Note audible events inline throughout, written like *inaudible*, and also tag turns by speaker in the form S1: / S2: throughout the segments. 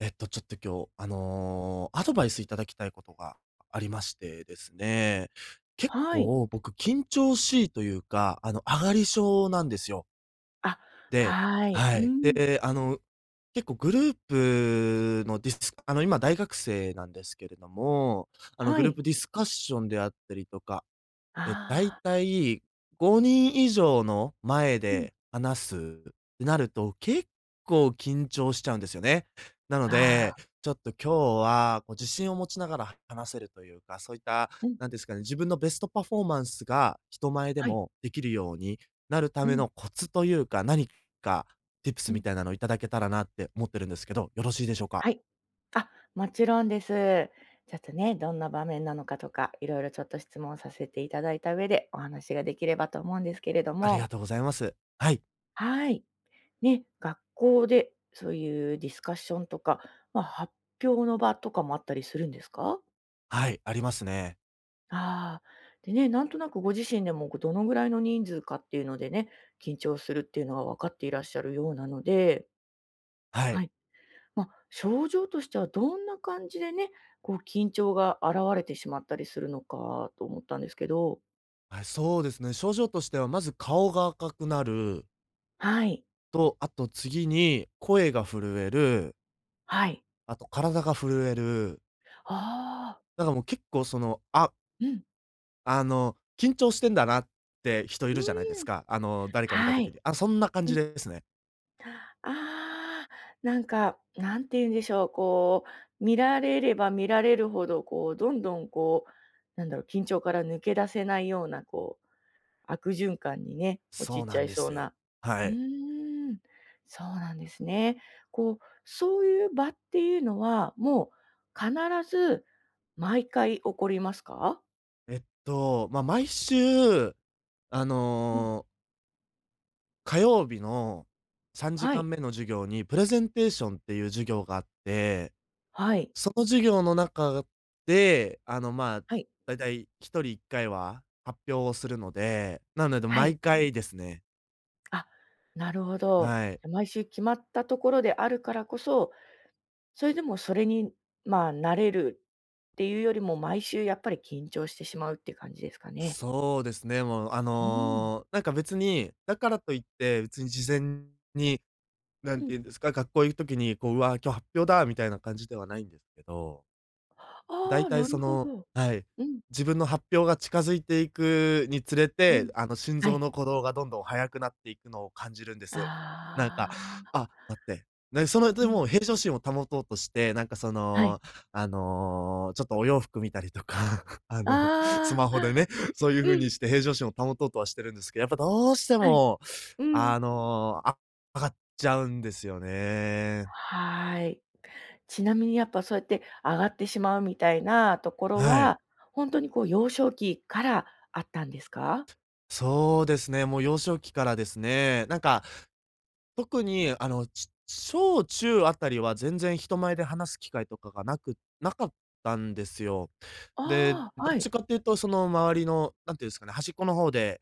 S1: ちょっと今日、アドバイスいただきたいことがありましてですね、結
S2: はい。
S1: 構僕緊張しいというか、上がり症なんですよ。
S2: あ、
S1: で、
S2: はい。
S1: は
S2: う
S1: い。
S2: ん。
S1: で、結構グループのディスあの、今大学生なんですけれども、
S2: は
S1: グルー
S2: い。
S1: プディスカッションであったりとか、大
S2: ああ、
S1: 体5人以上の前
S2: うん。
S1: で話すってなると、結構緊張しちゃうんですよね。なの
S2: あ
S1: で、
S2: あ、
S1: ちょっと今日はこう自信を持ちながら話せるというか、そういった、
S2: うん。
S1: なんですかね、自分のベストパフォーマンスが人前で
S2: はい。
S1: もできるようになるた
S2: う
S1: め
S2: ん、
S1: のコツというか、か
S2: う
S1: tips
S2: ん。
S1: みたいなのをいただけたらなって思ってるんですけど、よろしいでしょうか？
S2: はい。あ、もちろんです。ちょっとね、どんな場面なのかとか、いろいろちょっと質問させていただいた上で、お話ができればと思うんですけれど
S1: あり
S2: も。
S1: がとうございます。はい、
S2: はい。ね、学校でそういうディスカッションとか、まあ、発表の場とかもあったりするんですか？
S1: はい、ありますね。
S2: ああ、でね、なんとなくご自身でも、こうどのぐらいの人数かっていうのでね、緊張するっていうのが分かっていらっしゃるようなので、
S1: は
S2: は
S1: い。
S2: い。まあ、症状としてはどんな感じでね、こう緊張が現れてしまったりするのかと思ったんですけど。
S1: はい、そうですね。症状としてはまず顔が赤くなる
S2: はい、
S1: と、あと次に声が震える、
S2: はい。
S1: あと体が震える。
S2: ああ、
S1: なんかもう結構その、
S2: うん、
S1: 緊張してんだなって人い
S2: う
S1: るじゃないです
S2: ん、
S1: か。あの、誰か見た
S2: は
S1: 時
S2: い。
S1: に。あ、そんな感じですね。
S2: ああ、なんか、なんて言うんでしょう、こう、見られれば見られるほど、こう、どんどんこう、なんだろう、緊張から抜け出せないような、こう、悪循環にね、陥
S1: そ
S2: っ
S1: う
S2: ち
S1: な
S2: ゃ
S1: ん
S2: い
S1: で
S2: そう
S1: すよ。
S2: な。
S1: は
S2: う
S1: い。
S2: ーん、そうなんですね。こう、そういう場っていうのは、もう必ず毎回起こりますか？
S1: まあ、毎週、あ
S2: うん、
S1: の、火曜日の3時
S2: はい、
S1: 間目の授業にプレゼンテーションっていう授業があって、
S2: はい。
S1: その授業の中で、まあ、
S2: はい。
S1: だいたい1人1回は発表をするので、なので
S2: はい。
S1: 毎回ですね。
S2: あ、なるほど。
S1: はい。
S2: 毎週決まったところであるからこそそれでもそれに、まあ、慣れるっていうよりも、毎週やっぱり緊張してしまうっていう感じですかね。
S1: そうですね、もう、
S2: うーん。
S1: なんか別に、だからといって別に事前に、なん
S2: うん。
S1: て言うんですか、学校行く時にこう、「うわ、今日発表だ」みたいな感じではないんですけど。
S2: あ
S1: 大
S2: あ、
S1: 体
S2: なる
S1: そ
S2: ほ
S1: の、
S2: ど。
S1: はい、
S2: うん、
S1: 自分の発表が近づいていくにつれ
S2: う
S1: て、
S2: ん。
S1: 心
S2: は
S1: 臓
S2: い。
S1: の鼓動がどんどん速くなっていくのを感じるんです。なんか、
S2: ああ、
S1: あ、待って。で、その、
S2: う
S1: で
S2: ん、
S1: も平常心を保とうとして、なんかそ
S2: はい。
S1: の、ちょっとお洋服見たりとか、*laughs* あの、ス
S2: あ
S1: マ
S2: あ、
S1: ホでね、そういう風
S2: うん、
S1: にして平常心を保とうとはしてるんですけど、やっぱどうして
S2: はい、
S1: も、
S2: うん。
S1: あの、あ上がっちゃうんですよね。
S2: はい。ちなみにやっぱそうやって上がってしまうみたいなところ
S1: はい。
S2: は、ほんとにこう幼少期からあったんですか？
S1: そうですね、もう幼少期からですね、なんか特に、小中あたりは全然人前で話す機会とかがなくなかったんですよ。で、
S2: ああ、
S1: どっ
S2: は
S1: ち
S2: い。
S1: かっていうと、その、周りの、なんていうんですかね、端っこの方で、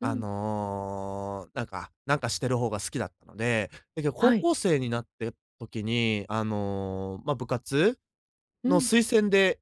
S2: うん。
S1: なんかしてる方が好きだったので、だけど高
S2: はい。
S1: 校生になって時に、まあ、部活
S2: う
S1: の
S2: ん。
S1: 推薦で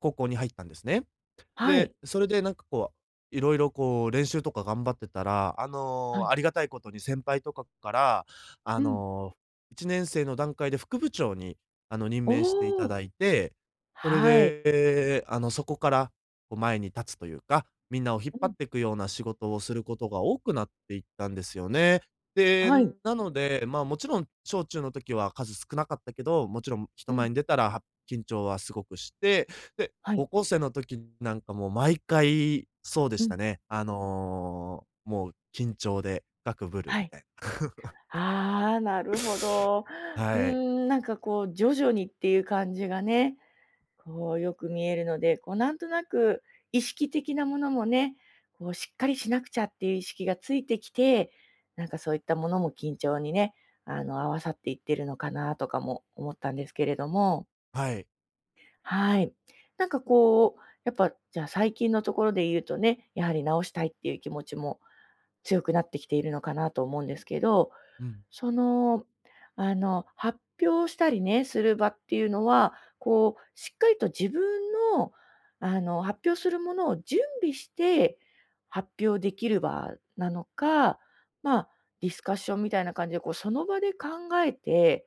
S1: 高校に入ったんですね。
S2: は
S1: で、
S2: い。
S1: それでなんかこう、いろいろこう練習とか頑張ってたら、
S2: はい。
S1: ありがたいことに先輩とかから、あ
S2: うん。
S1: の、1年生の段階で副部長に、任命してい
S2: お
S1: た
S2: お、
S1: だいて、それ
S2: はい。
S1: で、そこから、こう前に立つというか、みんなを引っ
S2: う
S1: 張
S2: ん、
S1: っていくような仕事をすることが多くなっていったんですよね。で、
S2: はい。
S1: なので、まあ、もちろん小中の時は数少なかったけど、もちろん人
S2: う
S1: 前
S2: ん、
S1: に出たらは緊張はすごくして、で、
S2: はい。
S1: 高校生の時なんかもう毎回そうで
S2: う
S1: し
S2: ん、
S1: たね。もう緊張で深くぶる
S2: は
S1: み
S2: い。
S1: たい
S2: ああ、なるほど。
S1: な。
S2: うー
S1: はい。
S2: ん、なんかこう徐々にっていう感じがね、こうよく見えるので、こうなんとなく意識的なものもね、こうしっかりしなくちゃっていう意識がついてきて、なんかそういったものも緊張にね、合わさっていってるのかなとかも思ったんですけれども。
S1: はい。
S2: はい。なんかこう、やっぱ、じゃあ最近のところで言うとね、やはり直したいっていう気持ちも強くなってきているのかなと思うんですけど、
S1: うん。
S2: その、発表したりね、する場っていうのは、こう、しっかりと自分の、発表するものを準備して発表できる場なのか、まあ、ディスカッションみたいな感じで、こう、その場で考えて、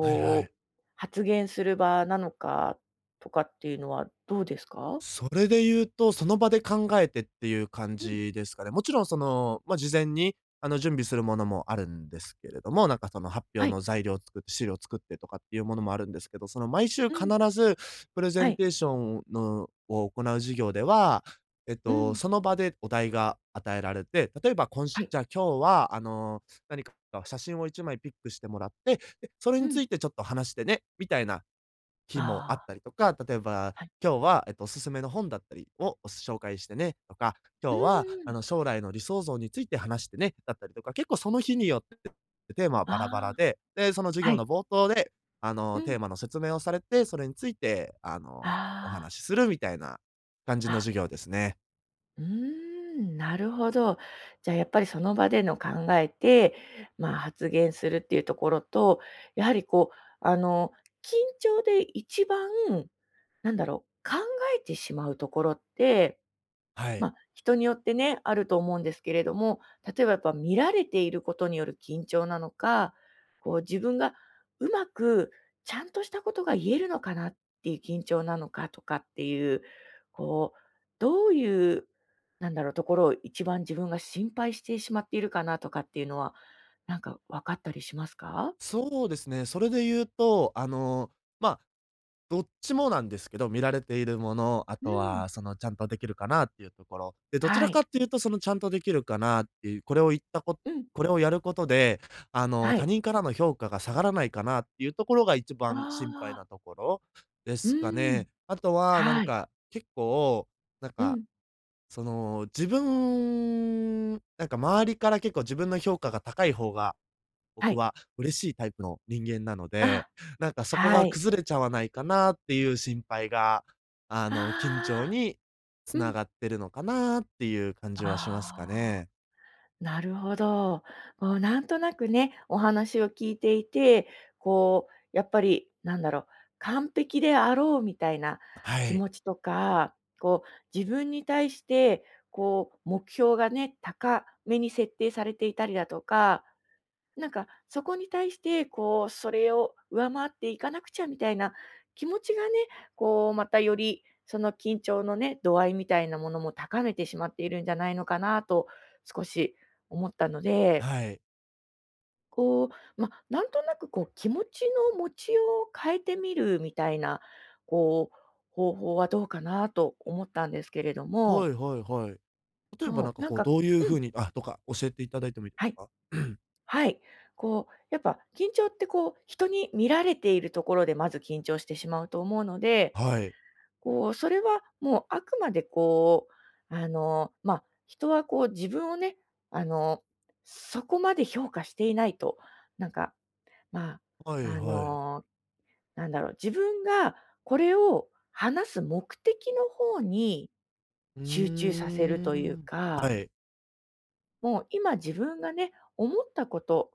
S1: はいはい。
S2: う、発言する場なのかとかっていうのはどうですか？
S1: それで言うと、その場で考えてっていう感
S2: うん、
S1: じですかね。もちろんその、ま、事前に、準備するものもあるんですけれども、なんかその発
S2: は
S1: 表
S2: い、
S1: の材料を作って資料を作ってとかっていうものもあるんですけど、その毎週
S2: う
S1: 必
S2: ん、
S1: ずプレゼ
S2: は
S1: ン
S2: い、
S1: テーションのを行う授業では、
S2: うん、
S1: その場でお題が与えられて、例えば今
S2: は
S1: 週
S2: い、
S1: じゃあ今日は、何か写真を1枚ピックしてもらって、で、それ
S2: う
S1: につ
S2: ん。
S1: いてちょっと話してね、みたいな日もあ
S2: あ
S1: っ
S2: あ、
S1: たりとか、例えば、
S2: はい。
S1: 今日は、おすすめの本だったりを紹介してねとか、
S2: う
S1: 今
S2: ー
S1: 日は、
S2: ん、
S1: 将来の理想像について話してねだったりとか、結構その日によってテーマは
S2: あ
S1: バラバラ
S2: あ、
S1: で、で、その授
S2: は
S1: 業
S2: い、
S1: の冒頭で、
S2: う
S1: テ
S2: ん、
S1: ーマの説明をされて、それについて、お
S2: ああ、
S1: 話しするみたいな感じの
S2: あ、
S1: 授業ですね。
S2: うーん、なるほど。じゃあやっぱりその場での考えて、まあ、発言するっていうところと、やはりこう、あの、緊張で一番、なんだろう、考えてしまうところって
S1: は
S2: ま
S1: い。
S2: あ、人によってね、あると思うんですけれども、例えばやっぱ見られていることによる緊張なのか、こう自分がうまくちゃんとしたことが言えるのかなっていう緊張なのかとかっていう、こう、どういう、なんだろう、ところを一番自分が心配してしまっているかなとかっていうのは、なんか分かったりしますか？
S1: そうですね、それで言うと、ま、あどっちもなんですけど、見られているもの、あ
S2: う
S1: と
S2: ん。
S1: はそのちゃんとできるかなっていうところ。で、どち
S2: は
S1: らかっ
S2: い。
S1: ていうとそのちゃんとできるかなっていう、
S2: うん。
S1: これをやることで、
S2: は
S1: 他
S2: い。
S1: 人からの評価が下がらないかなっていうところが一
S2: あ
S1: 番心配な
S2: あ。
S1: ところで
S2: う
S1: すか
S2: ん。
S1: ね。あとはなん
S2: はい。
S1: か、結構、なん
S2: う
S1: か、
S2: ん。
S1: その、自分なんか周りから結構自分の評価が高い方が
S2: は
S1: 僕
S2: い。
S1: は嬉しいタイプの人間なので、
S2: あ、
S1: なんかそこ
S2: は
S1: が
S2: い。
S1: 崩れちゃわないかなっていう心配が、
S2: あ
S1: 緊張
S2: あ。
S1: に
S2: う
S1: 繋
S2: ん。
S1: がってるのかなっていう感じはしますか
S2: ああ、
S1: ね。
S2: なるほど。こうなんとなくね、お話を聞いていて、こうやっぱりなんだろう、完璧であろうみたいな
S1: は
S2: 気
S1: い。
S2: 持ちとか、こう自分に対してこう目標がね、高めに設定されていたりだとか、なんか、そこに対して、こう、それを上回っていかなくちゃみたいな気持ちがね、こう、またより、その緊張のね、度合いみたいなものも高めてしまっているんじゃないのかなと少し思ったので、
S1: はい。
S2: こう、まあ、なんとなくこう気持ちの持ちようを変えてみるみたいな、こう、方法はどうかなと思ったんですけれど
S1: は
S2: も、
S1: いはいはい。例えば
S2: そ
S1: なん
S2: う、
S1: か
S2: なん
S1: こう
S2: か
S1: どういう
S2: うん、
S1: 風にあ、とか教えていただいてもいいです
S2: はい。
S1: か？
S2: はい。こう、やっぱ緊張ってこう、人に見られているところでまず緊張してしまうと思うの
S1: *clears throat*
S2: で、
S1: はい。
S2: こう、それはもうあくまでこう、まあ、人はこう自分をね、あの、そこまで評価していないと、なんか、ま
S1: は
S2: あ、
S1: いはい。
S2: なんだろう、自分がこれを話す目的の方に
S1: う
S2: 集中
S1: ー
S2: させるという
S1: ん。
S2: か
S1: はい。
S2: もう今自分がね、思ったこと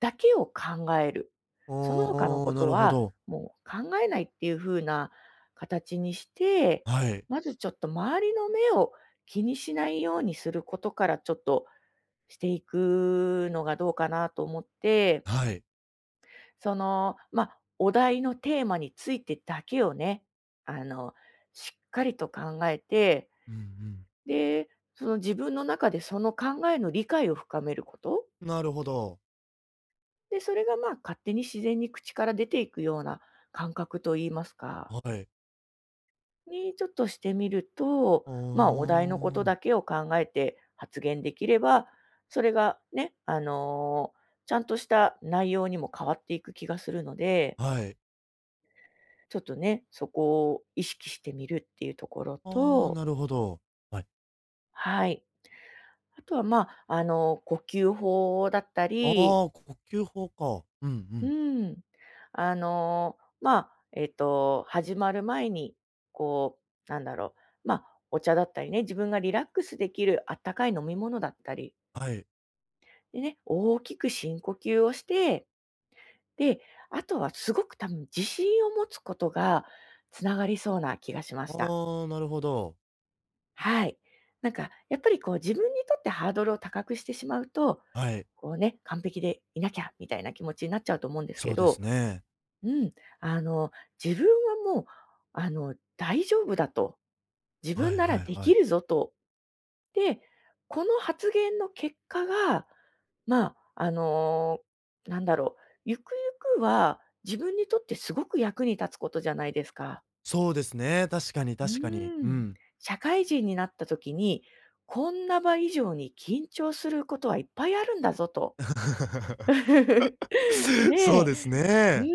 S2: だけを考える。その他の
S1: あ
S2: こ
S1: あ、な
S2: と
S1: るほ
S2: は、
S1: ど。
S2: もう考えないっていう風な形にして、
S1: はい。
S2: まずちょっと周りの目を気にしないようにすることからちょっとしていくのがどうかなと思って、
S1: はい。
S2: まあ、お題のテーマについてだけをね、あの、しっかりと考えて、
S1: うんうん。
S2: で、その自分の中でその考えの理解を深めること。
S1: なるほど。
S2: で、それがまあ勝手に自然に口から出ていくような感覚といいますか、
S1: はい。
S2: にちょっとしてみると、まあ
S1: あ
S2: お題のことだ
S1: あ。
S2: けを考えて発言できれば、それがね、ちゃんとした内容にも変わっていく気がするので、
S1: はい。
S2: ちょっとね、そこを意識してみるっていうところ
S1: ああ、
S2: と、
S1: なるほど。はい。
S2: はい。あとはまあ、呼吸法だった
S1: ああ、
S2: り、
S1: 呼吸法か。うんう
S2: う
S1: ん。
S2: ん。まあ、始まる前に、こう、なんだろう、まあ、お茶だったりね、自分がリラックスできるあったかい飲み物だったり、
S1: はい。
S2: でね、大きく深呼吸をして、で、あとはすごく多分自信を持つことがつながりそうな気がしました。
S1: ああ、なるほど。
S2: はい。なんか、やっぱりこう自分にとってハードルを高くしてしまうと、
S1: はい。
S2: こうね、完璧でいなきゃみたいな気持ちになっちゃうと思うんです
S1: そ
S2: け
S1: うです
S2: ど、
S1: ね。
S2: うん、あの、自分はもう、大丈夫だと。自
S1: は
S2: 分
S1: い
S2: なら
S1: はい
S2: で
S1: は
S2: き
S1: い。
S2: るぞと。で、この発言の結果が、まあ、なんだろう、ゆくゆくは自分にとってすごく役に立つことじゃないですか。
S1: そうですね、確かに
S2: う
S1: 確かに。
S2: ー
S1: う
S2: ん。
S1: ん。
S2: 社会人になった時に、こんな場以上に緊張することはいっぱいあるんだぞと。
S1: *laughs*
S2: *laughs*
S1: そ
S2: ね
S1: う
S2: え。
S1: です
S2: う
S1: ね。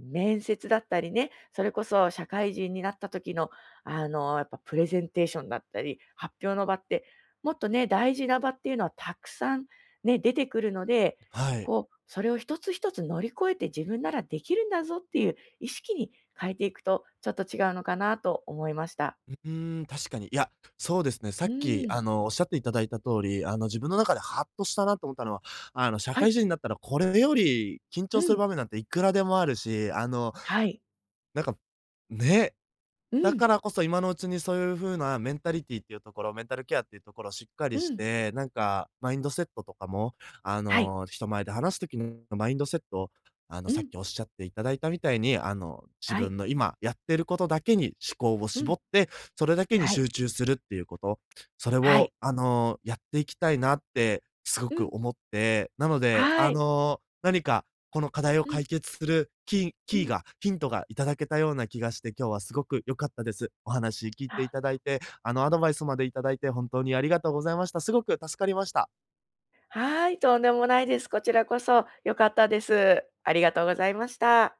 S2: ん、面接だったりね、それこそ社会人になった時の、やっぱプレゼンテーションだったり、発表の場って、もっとね、大事な場っていうのはたくさんね、出てくるので、
S1: はい。
S2: こう、それを一つ一つ乗り越えて自分ならできるんだぞっていう意識に変えていくと、ちょっと違うのかなと思いました。
S1: うーん、確かに。いや、そうですね、さ
S2: う
S1: っき、
S2: ん。
S1: おっしゃっていただいた通り、自分の中でハッとしたなと思ったのは、社
S2: は
S1: 会
S2: い。
S1: 人になったらこれより緊
S2: う
S1: 張する
S2: ん。
S1: 場面なんていくらでもあるし、
S2: はい。
S1: なんか、ね、
S2: う
S1: だ
S2: ん。
S1: からこそ今のうちにそういう風なメンタリティっていうところ、メンタルケアっていうところをしっか
S2: う
S1: りし
S2: ん。
S1: て、なんかマインドセットとかも、
S2: はい。
S1: 人前で話す時のマインドセットを、
S2: う
S1: さっ
S2: ん。
S1: きおっしゃっていただいたみたいに、自
S2: は
S1: 分
S2: い。
S1: の今やってることだけに思考を
S2: う
S1: 絞
S2: ん。
S1: って、それだけに
S2: はい。
S1: 集中するっていうこと、それ
S2: は
S1: を、
S2: い。
S1: やっていきたいなってすご
S2: う
S1: く
S2: ん。
S1: 思って、なので、
S2: はい。
S1: 何かこの課題を
S2: うん。
S1: 解決する
S2: う
S1: キー
S2: ん。
S1: が、ヒントがいただけたような気がして、今日はすごく良かったです。お話聞い
S2: あ
S1: ていただいて、アドバイスまでいただいて、本当にありがとうございました。すごく助かりました。
S2: はい、とんでもないです。こちらこそ良かったです。ありがとうございました。